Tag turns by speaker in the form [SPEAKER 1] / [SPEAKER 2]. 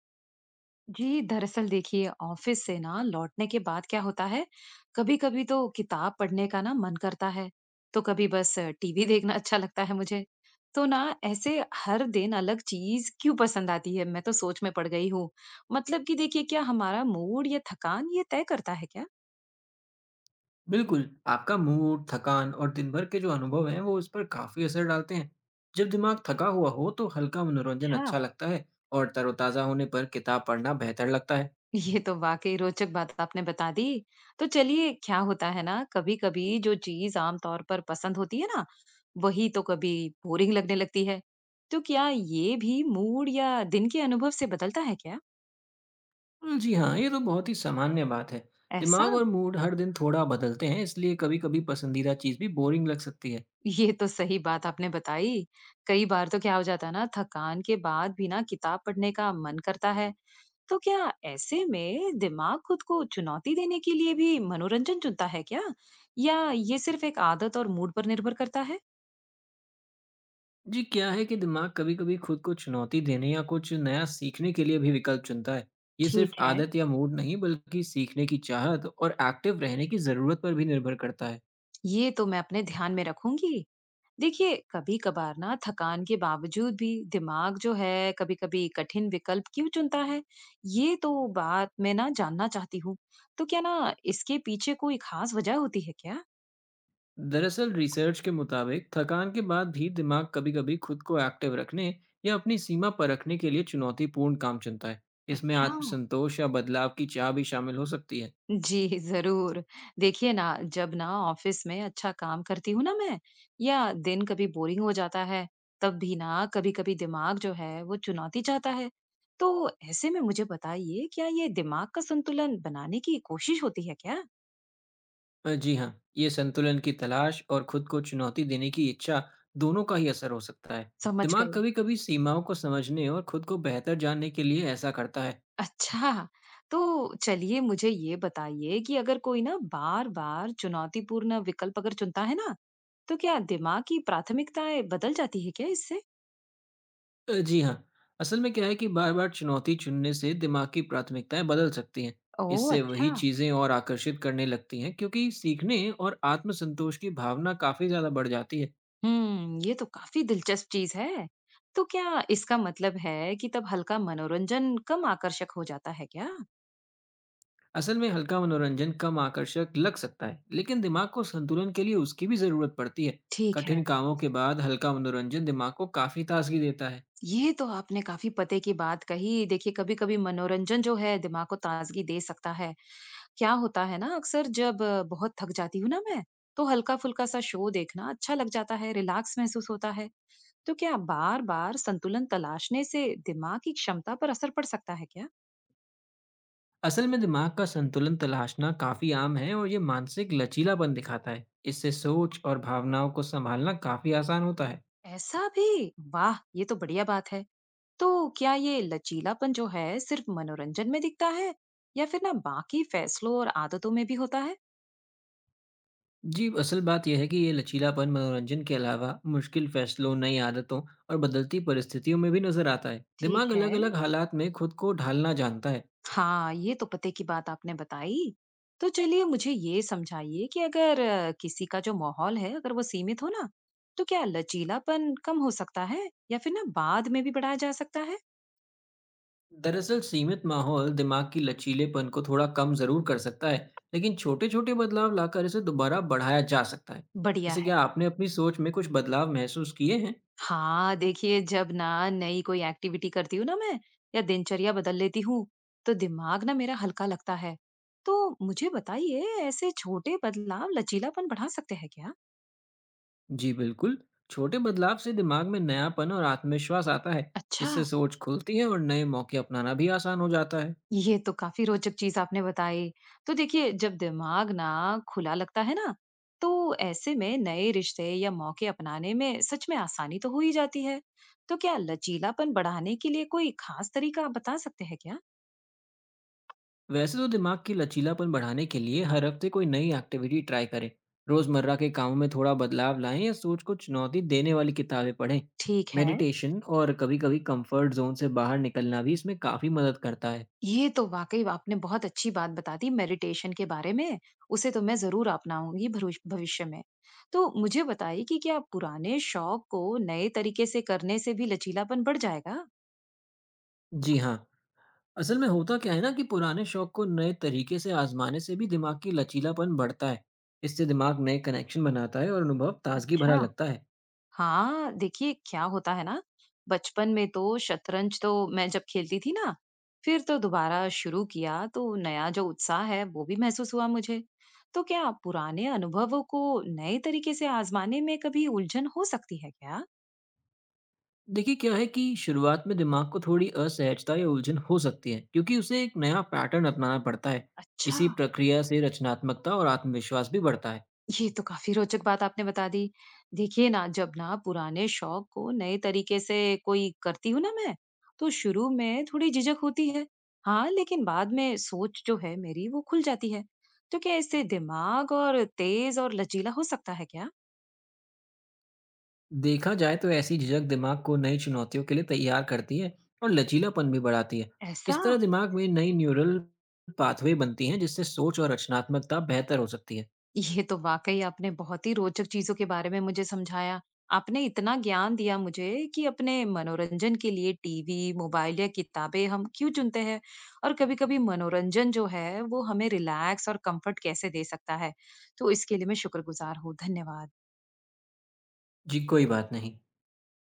[SPEAKER 1] जी दरअसल देखिए ऑफिस से ना लौटने के बाद क्या होता है। कभी कभी तो किताब पढ़ने का ना मन करता है, तो कभी बस टीवी देखना अच्छा लगता है मुझे। तो ना ऐसे हर दिन अलग चीज क्यों पसंद आती है, मैं तो सोच में पड़ गई हूँ। मतलब कि देखिए, क्या हमारा मूड या थकान ये तय करता है क्या?
[SPEAKER 2] बिल्कुल, आपका मूड, थकान और दिन भर के जो अनुभव हैं, वो इस पर काफ़ी असर डालते हैं। जब दिमाग थका हुआ हो, तो हल्का मनोरंजन
[SPEAKER 1] अच्छा,
[SPEAKER 2] अच्छा लगता है और तरोताज़ा होने पर किताब पढ़ना बेहतर लगता है।
[SPEAKER 1] ये तो वाकई रोचक बात आपने बता दी। तो चलिए, क्या होता है ना, कभी कभी जो चीज आमतौर पर पसंद होती है ना, वही तो कभी बोरिंग लगने लगती है। तो क्या ये भी मूड या दिन के अनुभव से बदलता है क्या?
[SPEAKER 2] जी हाँ, ये तो बहुत ही सामान्य बात है।
[SPEAKER 1] ऐसा?
[SPEAKER 2] दिमाग और मूड हर दिन थोड़ा बदलते हैं, इसलिए कभी-कभी पसंदीदा चीज़ भी बोरिंग लग सकती है।
[SPEAKER 1] ये तो सही बात आपने बताई। कई बार तो क्या हो जाता है ना, थकान के बाद भी ना किताब पढ़ने का मन करता है। तो क्या ऐसे में दिमाग खुद को चुनौती देने के लिए भी मनोरंजन चुनता है क्या, या ये सिर्फ एक आदत और मूड पर निर्भर करता है?
[SPEAKER 2] जी, क्या है कि दिमाग कभी-कभी खुद को चुनौती देने या कुछ नया सीखने के लिए भी विकल्प चुनता है। ये सिर्फ़
[SPEAKER 1] ठीक है,
[SPEAKER 2] आदत या मूड नहीं, बल्कि सीखने की चाहत और एक्टिव रहने की ज़रूरत पर भी निर्भर करता है।
[SPEAKER 1] ये तो मैं अपने ध्यान में रखूंगी। देखिए, कभी-कभार ना थकान के बावजूद भी दिमाग जो है, कभी-कभी कठिन विकल्प क्यों चुनता है, ये तो बात मैं ना जानना चाहती हूँ। तो क्या ना इसके पीछे कोई खास वजह होती है क्या?
[SPEAKER 2] दरअसल रिसर्च के मुताबिक थकान के बाद भी दिमाग कभी-कभी खुद को एक्टिव रखने या अपनी सीमा पर रखने के लिए चुनौतीपूर्ण काम चुनता है। इसमें
[SPEAKER 1] अच्छा।
[SPEAKER 2] आत्मसंतोष या बदलाव की चाह भी शामिल हो सकती है।
[SPEAKER 1] जी, ज़रूर। देखिए ना, जब ना ऑफ़िस में अच्छा काम करती हूँ ना मैं, या दिन कभी बोरिंग हो जाता है, तब भी ना कभी-कभी दिमाग जो है, वो चुनौती चाहता है। तो ऐसे में मुझे बताइए, क्या ये दिमाग का संतुलन बनाने की कोशिश होती है क्या?
[SPEAKER 2] जी हाँ, ये संतुलन की तलाश और खुद को चुनौती देने की इच्छा दोनों का ही असर हो सकता है।
[SPEAKER 1] समझ
[SPEAKER 2] दिमाग
[SPEAKER 1] गई।
[SPEAKER 2] कभी-कभी सीमाओं को समझने और खुद को बेहतर जानने के लिए ऐसा करता है।
[SPEAKER 1] अच्छा, तो चलिए मुझे ये बताइए कि अगर कोई ना बार-बार चुनौतीपूर्ण विकल्प अगर चुनता है ना, तो क्या दिमाग की प्राथमिकताएँ बदल जाती है क्या इससे?
[SPEAKER 2] जी हाँ, असल में क्या है कि बार-बार चुनौती चुनने से दिमाग की प्राथमिकताएँ बदल सकती हैं।
[SPEAKER 1] ओह!
[SPEAKER 2] इससे वही
[SPEAKER 1] अच्छा।
[SPEAKER 2] चीज़ें और आकर्षित करने लगती हैं क्योंकि सीखने और आत्मसंतोष की भावना काफ़ी ज़्यादा बढ़ जाती है।
[SPEAKER 1] हम्म, ये तो काफी दिलचस्प चीज है। तो क्या इसका मतलब है कि तब हल्का मनोरंजन कम आकर्षक हो जाता है क्या?
[SPEAKER 2] असल में हल्का मनोरंजन कम आकर्षक लग सकता है, लेकिन दिमाग को संतुलन के लिए उसकी भी ज़रूरत पड़ती है।
[SPEAKER 1] ठीक है।
[SPEAKER 2] कठिन कामों के बाद हल्का मनोरंजन दिमाग को काफ़ी ताज़गी देता है।
[SPEAKER 1] ये तो आपने काफी पते की बात कही। देखिए, कभी कभी मनोरंजन जो है दिमाग को ताजगी दे सकता है। क्या होता है ना, अक्सर जब बहुत थक जाती हूँ ना मैं, तो हल्का फुल्का सा शो देखना अच्छा लग जाता है, रिलैक्स महसूस होता है। तो क्या बार बार संतुलन तलाशने से दिमाग की क्षमता पर असर पड़ सकता है क्या?
[SPEAKER 2] असल में दिमाग का संतुलन तलाशना काफ़ी आम है और ये मानसिक लचीलापन दिखाता है। इससे सोच और भावनाओं को सँभालना काफ़ी आसान होता है।
[SPEAKER 1] ऐसा भी? वाह, ये तो बढ़िया बात है। तो क्या ये लचीलापन जो है सिर्फ मनोरंजन में दिखता है, या फिर ना बाकी फैसलों और आदतों में भी होता है?
[SPEAKER 2] जी, असल बात यह है कि ये लचीलापन मनोरंजन के अलावा मुश्किल फैसलों, नई आदतों और बदलती परिस्थितियों में भी नजर आता है।
[SPEAKER 1] ठीक
[SPEAKER 2] दिमाग
[SPEAKER 1] है।
[SPEAKER 2] अलग-अलग हालात में खुद को ढालना जानता है।
[SPEAKER 1] हाँ, ये तो पते की बात आपने बताई। तो चलिए मुझे ये समझाइए कि अगर किसी का जो माहौल है अगर वो सीमित हो ना, तो क्या लचीलापन कम हो सकता है, या फिर ना बाद में भी बढ़ाया जा सकता है?
[SPEAKER 2] दरअसल सीमित माहौल दिमाग की लचीलेपन को थोड़ा कम जरूर कर सकता है, लेकिन छोटे-छोटे बदलाव लाकर इसे दोबारा बढ़ाया जा सकता है।
[SPEAKER 1] बढ़िया
[SPEAKER 2] जैसे
[SPEAKER 1] है।
[SPEAKER 2] क्या आपने अपनी सोच में कुछ बदलाव महसूस किए हैं?
[SPEAKER 1] हाँ देखिए, जब ना नई कोई एक्टिविटी करती हूँ ना मैं, या दिनचर्या बदल लेती हूँ, तो दिमाग ना मेरा हल्का लगता है। तो मुझे बताइए, ऐसे छोटे बदलाव लचीलापन बढ़ा सकते हैं क्या?
[SPEAKER 2] जी बिल्कुल, छोटे बदलाव से दिमाग में नयापन और आत्मविश्वास आता है।
[SPEAKER 1] अच्छा।
[SPEAKER 2] इससे सोच खुलती है और नए मौके अपनाना भी आसान हो जाता है।
[SPEAKER 1] ये तो काफी रोचक चीज आपने बताई। तो देखिए, जब दिमाग ना खुला लगता है ना, तो ऐसे में नए रिश्ते या मौके अपनाने में सच में आसानी तो हो ही जाती है। तो क्या लचीलापन बढ़ाने के लिए कोई खास तरीका आप बता सकते हैं क्या?
[SPEAKER 2] वैसे तो दिमाग की लचीलापन बढ़ाने के लिए हर हफ्ते कोई नई एक्टिविटी ट्राई करें, रोजमर्रा के कामों में थोड़ा बदलाव लाएं या सोच को चुनौती देने वाली किताबें पढ़ें।
[SPEAKER 1] ठीक है।
[SPEAKER 2] मेडिटेशन और कभी कभी कंफर्ट जोन से बाहर निकलना भी इसमें काफ़ी मदद करता है।
[SPEAKER 1] ये तो वाकई आपने बहुत अच्छी बात बता दी मेडिटेशन के बारे में। उसे तो मैं जरूर अपनाऊंगी भविष्य में। तो मुझे बताइए कि क्या पुराने शौक को नए तरीके से करने से भी लचीलापन बढ़ जाएगा?
[SPEAKER 2] जी हाँ, असल में होता क्या है ना कि पुराने शौक को नए तरीके से आजमाने से भी दिमाग की लचीलापन बढ़ता है। इससे दिमाग नए कनेक्शन बनाता है और अनुभव ताजगी भरा
[SPEAKER 1] अच्छा।
[SPEAKER 2] लगता है।
[SPEAKER 1] हाँ देखिए, क्या होता है ना, बचपन में तो शतरंज तो मैं जब खेलती थी ना, फिर तो दोबारा शुरू किया तो नया जो उत्साह है वो भी महसूस हुआ मुझे। तो क्या पुराने अनुभवों को नए तरीके से आजमाने में कभी उलझन हो सकती है क्या?
[SPEAKER 2] देखिए क्या है कि शुरुआत में दिमाग को थोड़ी असहजता या उलझन हो सकती है क्योंकि उसे एक नया पैटर्न अपनाना पड़ता है।
[SPEAKER 1] अच्छा।
[SPEAKER 2] इसी प्रक्रिया से रचनात्मकता और आत्मविश्वास भी बढ़ता है।
[SPEAKER 1] ये तो काफ़ी रोचक बात आपने बता दी। देखिए ना, जब ना पुराने शौक को नए तरीके से कोई करती हूँ ना मैं, तो शुरू में थोड़ी झिझक होती है। हाँ, लेकिन बाद में सोच जो है मेरी वो खुल जाती है। तो क्या इससे दिमाग और तेज और लचीला हो सकता है क्या?
[SPEAKER 2] देखा जाए तो ऐसी झिझक दिमाग को नई चुनौतियों के लिए तैयार करती है और लचीलापन भी बढ़ाती है।
[SPEAKER 1] ऐसा?
[SPEAKER 2] इस तरह दिमाग में नई न्यूरल पाथवे बनती हैं जिससे सोच और रचनात्मकता बेहतर हो सकती है।
[SPEAKER 1] ये तो वाकई आपने बहुत ही रोचक चीजों के बारे में मुझे समझाया। आपने इतना ज्ञान दिया मुझे कि अपने मनोरंजन के लिए टीवी, मोबाइल या किताबें हम क्यों चुनते हैं, और कभी-कभी मनोरंजन जो है वो हमें रिलैक्स और कंफर्ट कैसे दे सकता है। तो इसके लिए मैं शुक्रगुजार हूँ। धन्यवाद।
[SPEAKER 2] जी कोई बात नहीं।